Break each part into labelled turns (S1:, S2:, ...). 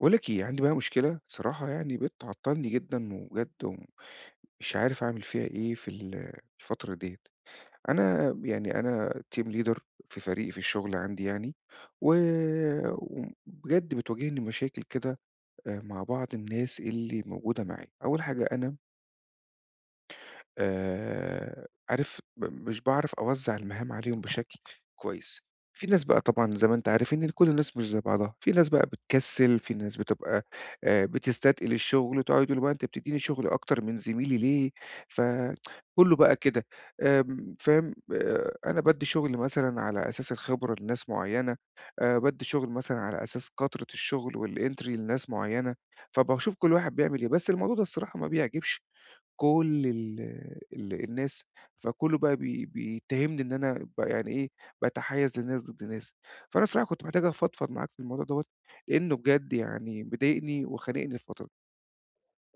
S1: باقول لك إيه، عندي بقى مشكلة صراحة يعني بتعطّلني جدًا وبجد ومش عارف أعمل فيها إيه في الفترة ديّة. أنا يعني أنا team leader في فريق في الشغل عندي يعني، و وبجد بتواجهني مشاكل كده مع بعض الناس اللي موجودة معايا. أول حاجة أنا عارف مش باعرف أوزّع المهام عليهم بشكل كويس. في ناس بقى طبعًا زي ما أنت عارف إن كل الناس مش زي بعضها، في ناس بقى بتكسّل، في ناس بتبقى بتستتقل الشغل وتقعد يقولوا بقى أنت بتدّيني شغل أكتر من زميلي ليه؟ فكله بقى كده فاهم؟ أنا بادّي شغل مثلًا على أساس الخبرة لناس معيّنة، بادّي شغل مثلًا على أساس كترة الشغل والentry لناس معيّنة، فباشوف كل واحد بيعمل إيه، بس الموضوع ده الصراحة ما بيعجبش كل ال ال الناس، فكُلّه بقى بيتهمني إن أنا ب يعني إيه، باتحيّز للناس ضد ناس. فأنا الصراحة كنت محتاج أفضفض معاك في الموضوع دوّة، لإنه بجد يعني مضايقني وخانقني الفترة.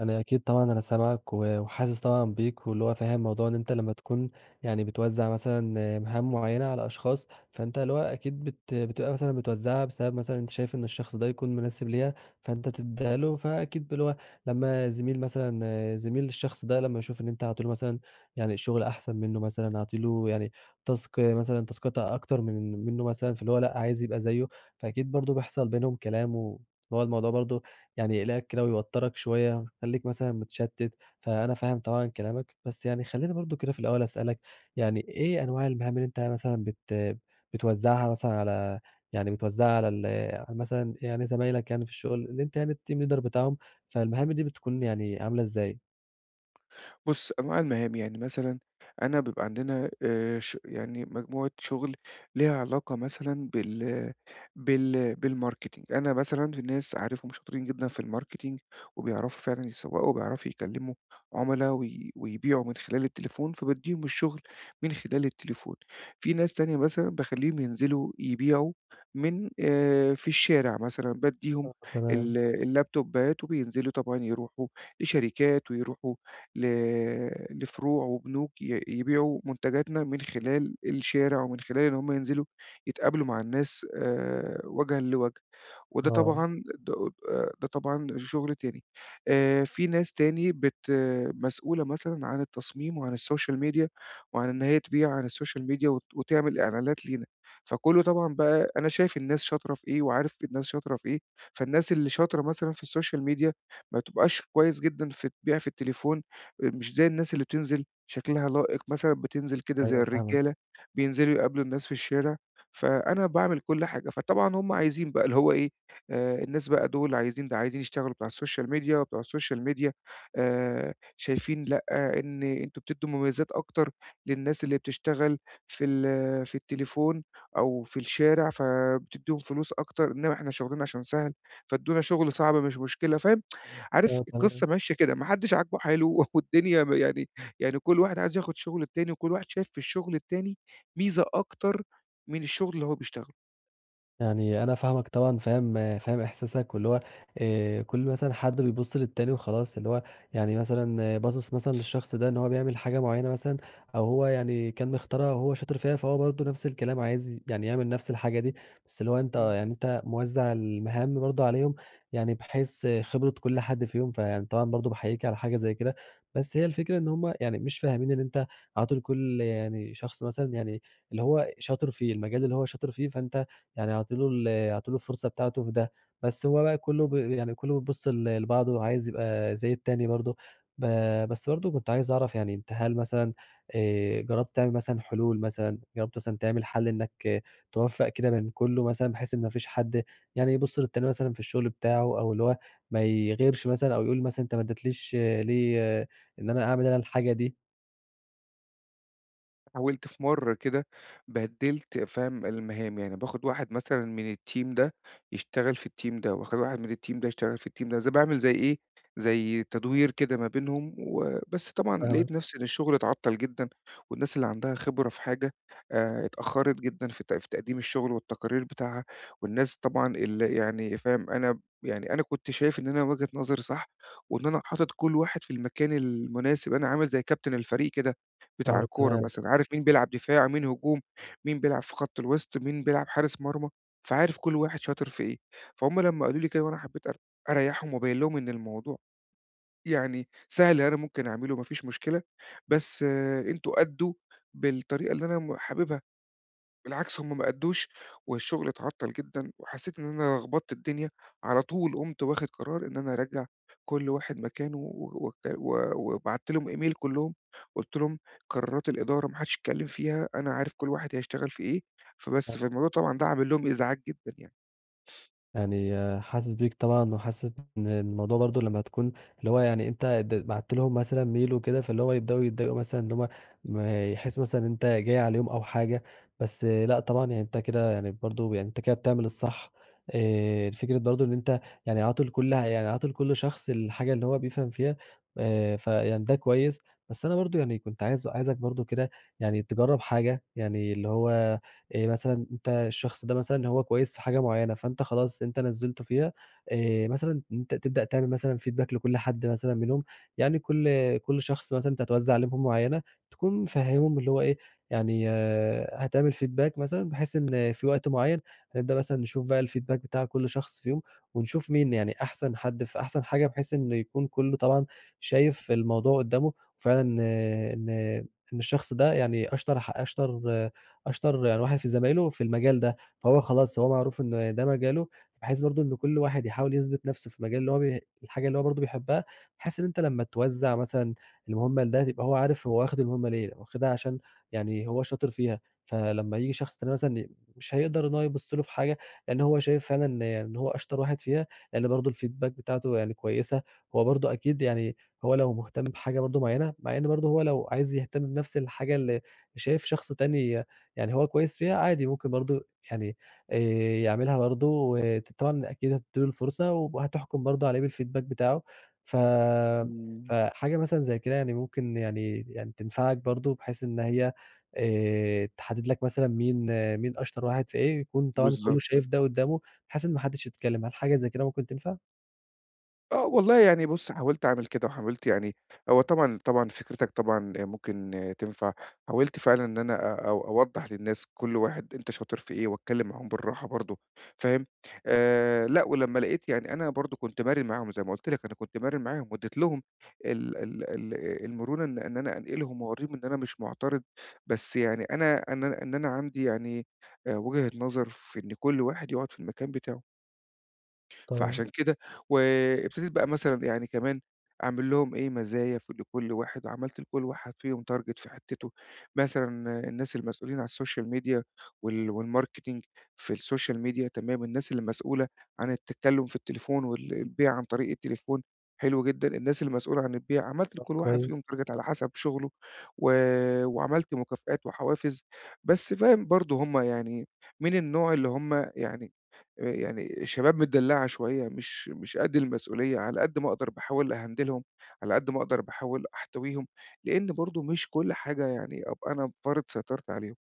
S2: أنا أكيد طبعًا أنا سامعك وحاسس طبعًا بيك، واللي هو فاهم موضوع إن أنت لمّا تكون يعني بتوزّع مثلًا مهام معيّنة على أشخاص، فأنت اللي هو أكيد بتبقى مثلًا بتوزّعها بسبب مثلًا أنت شايف إن الشخص ده يكون مناسب ليها، فأنت بتدّيها له، فأكيد اللي هو لمّا زميل مثلًا زميل الشخص ده لمّا يشوف إن أنت عاطي له مثلًا يعني شغل أحسن منه مثلًا، عاطي له يعني تاسكات أكتر منه مثلًا، فاللي هو لأ، عايز يبقى زيه، فأكيد برضه بيحصل بينهم كلام اللي هو الموضوع برضه يعني يقلقك كده ويوتّرك شوية ويخلّيك مثلًا متشتّت، فأنا فاهم طبعًا كلامك، بس يعني خلّيني برضه كده في الأول أسألك، يعني إيه أنواع المهام اللي أنت مثلًا بتوزّعها مثلًا على يعني بتوزّعها على على مثلًا يعني زمايلك يعني في الشغل اللي أنت يعني الteam leader بتاعهم، فالمهام دي بتكون يعني عاملة إزاي؟
S1: بُص، أنواع المهام، يعني مثلًا أنا بيبقى عندنا ش يعني مجموعة شغل ليها علاقة مثلًا بالmarketing. أنا مثلًا في ناس عارفهم شاطرين جدًا في الmarketing وبيعرفوا فعلًا يسوّقوا وبيعرفوا يكلموا عُملا ويبيعوا من خلال التليفون، فبادّيهم الشغل من خلال التليفون. في ناس تانية مثلًا باخلّيهم ينزلوا يبيعوا من في الشارع مثلًا، بادّيهم
S2: آه، تمام.
S1: اللابتوبات وبينزلوا طبعًا يروحوا لشركات ويروحوا ل لفروع وبنوك يبيعوا منتجاتنا من خلال الشارع ومن خلال إن هم ينزلوا يتقابلوا مع الناس وجهًا لوجه. وده
S2: آه.
S1: طبعًا ده ده طبعًا شغل تاني. في ناس تاني مسؤولة مثلًا عن التصميم وعن السوشيال ميديا، وعن إن هي تبيع عن السوشيال ميديا وتعمل إعلانات لينا. فكُلّه طبعًا بقى أنا شايف الناس شاطرة في إيه، وعارف الناس شاطرة في إيه، فالناس اللي شاطرة مثلًا في السوشيال ميديا ما بتبقاش كويس جدًا في تبيع في التليفون، مش زي الناس اللي بتنزل شكلها لائق مثلًا، بتنزل كده زي
S2: أيوه، فاهمك.
S1: الرجالة، بينزلوا يقابلوا الناس في الشارع، فأنا باعمل كل حاجة. فطبعًا هم عايزين بقى اللي هو إيه، الناس بقى دول عايزين ده عايزين يشتغلوا بتوع السوشيال ميديا، وبتوع السوشيال ميديا شايفين لأ، إن أنتم بتدّوا مميزات أكتر للناس اللي بتشتغل في آه، في التليفون أو في الشارع، فبتدّيهم فلوس أكتر، إنما إحنا شغلنا عشان سهل، فادّونا شغل صعب مش مشكلة، فاهم؟ عارف
S2: آه، تمام.
S1: القصة ماشية كده، ما حدّش عاجبه حاله والدنيا ب يعني يعني كل واحد عايز ياخد شغل التاني، وكل واحد شايف في الشغل التاني ميزة أكتر من الشغل اللي هو بيشتغله.
S2: يعني أنا فاهمك طبعًا، فاهم إحساسك، واللي هو كل مثلًا حد بيبُص للتاني وخلاص، اللي هو يعني مثلًا باصص مثلًا للشخص ده إن هو بيعمل حاجة معيّنة مثلًا، أو هو يعني كان مختارها وهو شاطر فيها، فهو برضه نفس الكلام عايز يعني يعمل نفس الحاجة دي، بس اللي هو أنت
S1: إمم.
S2: يعني أنت موزّع المهام برضه عليهم، يعني بحيث خبرة كل حد فيهم، فيعني طبعًا برضه باحييك على حاجة زي كده، بس هي الفكرة إن هُم يعني مش فاهمين إن أنت عاطي لكل يعني شخص مثلًا يعني اللي هو شاطر فيه، المجال اللي هو شاطر فيه، فأنت يعني أعطي له الفرصة بتاعته في ده، بس هو بقى كُلّه يعني كُلّه بيبُص لبعضه وعايز يبقى زي التاني برضه، ب بس برضه كنت عايز أعرف يعني أنت هل مثلًا، جرّبت تعمل مثلًا حلول مثلًا، جرّبت مثلًا تعمل حَل إنّك، توفّق كده بين كُلّه مثلًا بحيث إن ما فيش حد يعني يبُص للتاني مثلًا في الشغل بتاعه أو اللي هو ما يغيرش مثلًا أو يقول مثلًا أنت ما ادّيتليش، ليه إن أنا أعمل أنا الحاجة دي؟
S1: حاولت في مرة كده بَدِّلت فاهم المهام، يعني باخد واحد مثلًا من الteam ده يشتغل في الteam ده، وآخد واحد من الteam ده يشتغل في الteam ده، زي باعمل زي إيه، زي تدوير كده ما بينهم وبس طبعًا
S2: فاهم؟
S1: لقيت نفسي إن الشغل اتعطّل جدًا، والناس اللي عندها خبرة في حاجة اتأخّرت جدًا في في تقديم الشغل والتقارير بتاعها، والناس طبعًا اللي يعني فاهم أنا يعني أنا كنت شايف إن أنا وجهة نظري صح، وإن أنا حاطط كل واحد في المكان المناسب، أنا عامل زي كابتن الفريق كده. بتاع
S2: آه،
S1: الكورة
S2: تمام.
S1: مثلًا، عارف مين بيلعب دفاع، مين هجوم، مين بيلعب في خط الوسط، مين بيلعب حارس مرمى، فعارف كل واحد شاطر في إيه. فهُم لمّا قالوا لي كده وأنا حبيت أريّحهم وأبيّن لهم إن الموضوع يعني سهل أنا ممكن أعمله ما فيش مشكلة، بس أنتم أدّوا بالطريقة اللي أنا حاببها. بالعكس هم ما أدّوش، والشغل اتعطّل جدًا، وحسّيت إن أنا لخبطت الدنيا، على طول قُمت واخد قرار إن أنا أرجّع كل واحد مكانه و وك و وبعت لهم إيميل كلّهم، قُلت لهم: "قرارات الإدارة ما حدّش يتكلّم فيها، أنا عارف كل واحد هيشتغل في إيه." فبس، فالموضوع طبعًا ده عامل لهم إزعاج جدًا يعني.
S2: يعني حاسس بيك طبعًا، وحاسس إن الموضوع برضه لمّا تكون اللي هو يعني أنت بعت لهم مثلًا ميل وكده، فاللي هو يبدأوا يتضايقوا مثلًا إن هُم ما يحسوا مثلًا إن أنت جاي عليهم أو حاجة، بس آه، لأ، طبعًا يعني أنت كده يعني برضه يعني أنت كده بتعمل الصح، فكرة برضه إن أنت يعني عاطي لكل شخص الحاجة اللي هو بيفهم فيها، فيعني ده كويس، بس أنا برضه يعني كنت عايزك برضه كده يعني تجرّب حاجة، يعني اللي هو مثلًا أنت الشخص ده مثلًا هو كويس في حاجة معيّنة، فأنت خلاص أنت نزّلته فيها، مثلًا أنت تبدأ تعمل مثلًا feedback لكل حد مثلًا منهم، يعني كل شخص مثلًا أنت هتوزّع عليه مهمة معيّنة، تكون مفهّمهم اللي هو إيه، يعني هتعمل feedback مثلًا بحيث إن في وقت معيّن هنبدأ مثلًا نشوف بقى الfeedback بتاع كل شخص فيهم، ونشوف مين يعني أحسن حد في أحسن حاجة، بحيث إنه يكون كُلّه طبعًا شايف الموضوع قُدّامه، وفعلًا، إن الشخص ده يعني أشطر ح أشطر أشطر يعني واحد في زمايله في المجال ده، فهو خلاص هو معروف إن ده مجاله، بحيث برضه إن كل واحد يحاول يثبت نفسه في المجال اللي هو الحاجة اللي هو برضه بيحبها، بحيث إن أنت لمّا توزّع مثلًا المهمة لده تبقى هو عارف هو واخد المهمة ليه، واخدها عشان يعني هو شاطر فيها، فلمّا ييجي شخص تاني مثلًا مش هيقدر إن هو يبُص له في حاجة، لإن هو شايف فعلًا إن يعني إن هو أشطر واحد فيها، لإن برضه الfeedback بتاعته يعني كويسة، هو برضه أكيد يعني هو لو مهتم بحاجة برضه معينة، مع إن برضه هو لو عايز يهتم بنفس الحاجة اللي شايف شخص تاني يعني هو كويس فيها عادي ممكن برضه يعني، آآ يعملها برضه طبعًا أكيد هتدّي له الفرصة وهتحكُم برضه عليه بالfeedback بتاعه، ف
S1: إمم.
S2: فحاجة مثلًا زي كده يعني ممكن يعني تنفعك برضه بحيث إن هي تحدد لك مثلًا مين أشطر واحد في إيه، يكون طبعًا كُلّه
S1: بالضبط.
S2: شايف ده قُدّامه بحيث إن ما حدّش يتكلّم، هل حاجة زي كده ممكن تنفع؟
S1: آه والله يعني بُص، حاولت أعمل كده وحاولت يعني هو طبعًا فكرتك طبعًا ممكن تنفع، حاولت فعلًا إن أنا أ أو أوضّح للناس كل واحد أنت شاطر في إيه وأتكلّم معاهم بالراحة برضه فاهم، لأ ولمّا لقيت يعني أنا برضه كنت مرِن معاهم زي ما قُلت لك أنا كنت مرِن معاهم وادّيت لهم ال ال ال المرونة إن أنا أنقلهم وأورّيهم إن أنا مش معترض، بس يعني أنا ان أنا إن أنا عندي يعني وجهة نظر في إن كل واحد يقعد في المكان بتاعه.
S2: طبعًا.
S1: فعشان كده وابتديت بقى مثلًا يعني كمان أعمل لهم إيه، مزايا في لكل واحد، وعملت لكل واحد فيهم target في حتته، مثلًا الناس المسؤولين على السوشيال ميديا والmarketing في السوشيال ميديا تمام، الناس اللي مسؤولة عن التكلُّم في التليفون والبيع عن طريق التليفون حلو جدًا، الناس المسؤولة عن البيع، عملت
S2: طب
S1: لكل واحد
S2: كويس.
S1: فيهم target على حسب شغله و وعملت مكافآت وحوافز، بس فاهم برضه هم يعني من النوع اللي هم يعني شباب متدلّعة شوية، مش قد المسؤولية، على قد ما أقدر باحاول أهندلهم، على قد ما أقدر باحاول أحتويهم، لإن برضه مش كل حاجة يعني أبقى أنا فارض سيطرتي عليهم.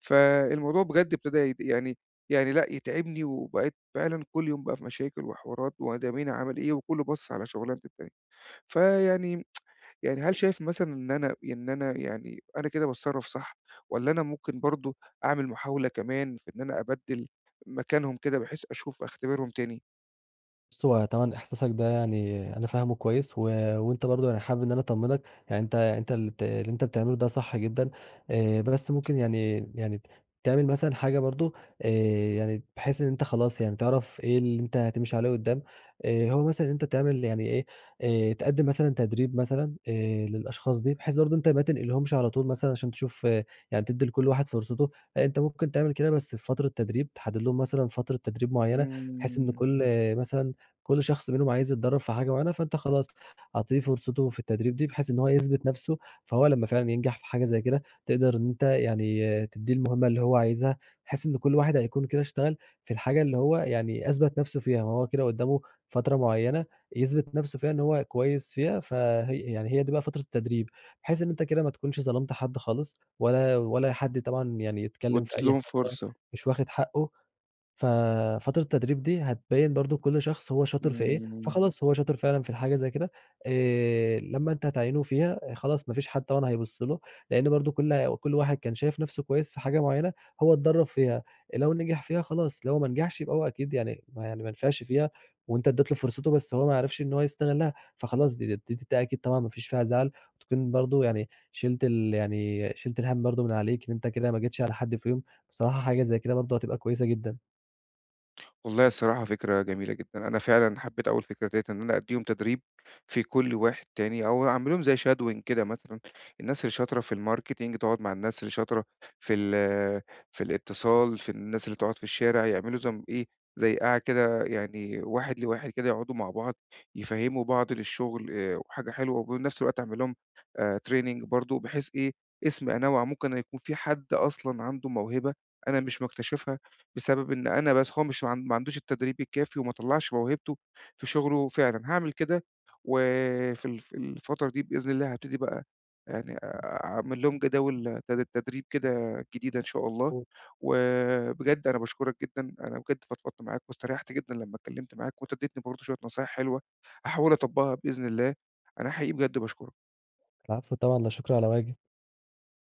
S1: فالموضوع بجد ابتدى يعني يعني لأ يتعبني، وبقيت فعلًا كل يوم بقى في مشاكل وحوارات، وده مين عمل إيه، وكله باصص على شغلانة التاني. فيعني يعني هل شايف مثلًا إن أنا يعني أنا كده باتصرّف صح، والّا أنا ممكن برضه أعمل محاولة كمان في إن أنا أبدِّل مكانهم كده بحيث أشوف أختبرهم تاني؟
S2: بُص، هو طبعًا إحساسك ده يعني أنا فاهمه كويس، وأنت برضه يعني حابب إن أنا أطمنك، يعني أنت اللي اللي أنت بتعمله ده صح جدًا، بس ممكن يعني تعمل مثلًا حاجة برضه، آآ، يعني بحيث إن أنت خلاص يعني تعرف إيه اللي أنت هتمشي عليه قدّام، هو مثلًا إن أنت تعمل يعني إيه، تقدم مثلًا تدريب مثلًا، للأشخاص دي، بحيث برضه أنت ما تنقلهمش على طول مثلًا عشان تشوف، يعني تدّي لكل واحد فرصته، لأ، أنت ممكن تعمل كده بس في فترة تدريب، تحدد لهم مثلًا فترة تدريب معيّنة، بحيث إن
S1: إمم،
S2: كل آه، مثلًا كل شخص منهم عايز يتدرّب في حاجة معينة، فأنت خلاص هتدّي فرصته في التدريب دي، بحيث إن هو يثبت نَفْسه، فهو لمّا فعلًا ينجح في حاجة زي كده، تقدر إن أنت يعني تدّيه المهمة اللي هو عايزها، بحيث إن كل واحد هيكون كده اشتغل في الحاجة اللي هو يعني أثبت نَفْسه فيها، ما هو كده قدّامه فترة معيّنة يثبت نَفْسه فيها إن هو كويس فيها، فهي يعني هي دي بقى فترة التدريب، بحيث إن أنت كده ما تكونش ظلمت حد خالص، ولا حد طبعًا يعني يتكلّم في
S1: وادّيت
S2: أي
S1: لهم
S2: حاجة
S1: فرصة،
S2: مش واخد حقّه. ففترة التدريب دي هتبيّن برضه كل شخص هو شاطر في إيه،
S1: إمم.
S2: فخلاص هو شاطر فعلًا في الحاجة زي كده، لمّا أنت هتعينه فيها خلاص ما فيش حد طبعًا هيبُص له، لإن برضه كل واحد كان شايف نَفْسه كويس في حاجة معيّنة هو اتدرّب فيها، لو نجح فيها خلاص، لو ما نجحش يبقى هو أكيد يعني ما نفعش فيها، وأنت ادّيت له فرصته بس هو ما عرفش إن هو يستغلها، فخلاص دي أكيد طبعًا ما فيش فيها زعل، وتكون برضه يعني شِلت ال يعني شِلت الهَم برضه من عليك إن أنت كده ما جيتش على حد في يوم، بصراحة حاجة زي كده برضه هتبقى كويسة جدًا.
S1: والله الصراحة فكرة جميلة جدًا، أنا فعلًا حبيت أوي الفكرة ديّة إن أنا أدّيهم تدريب في كل واحد تاني، أو أعمل لهم زي shadowing كده مثلًا، الناس اللي شاطرة في الmarketing تقعد مع الناس اللي شاطرة في في الاتصال، في الناس اللي تقعد في الشارع، يعملوا زم إيه، زي قاعة كده يعني واحد لواحد كده يقعدوا مع بعض، يفهّموا بعض للشغل وحاجة حلوة، وبنفس الوقت أعمل لهم training برضه بحيث إيه، اسم أنوّع ممكن يكون في حد أصلًا عنده موهبة أنا مش مكتشفها بسبب إن أنا بس هو مش ما عندوش التدريب الكافي وما طلّعش موهبته في شغله فعلًا، هاعمل كده وفي في الفترة دي بإذن الله هابتدي بقى يعني أعمل لهم جداول تدريب كده جديدة إن شاء الله، وبجد أنا باشكرك جدًا، أنا بجد فضفضت معاك واستريحت جدًا لمّا اتكلمت معاك وأنت اديتني برضه شوية نصايح حلوة، هاحاول أطبّقها بإذن الله، أنا حقيقي بجد باشكرك.
S2: العفو طبعا، لا شكر على واجب.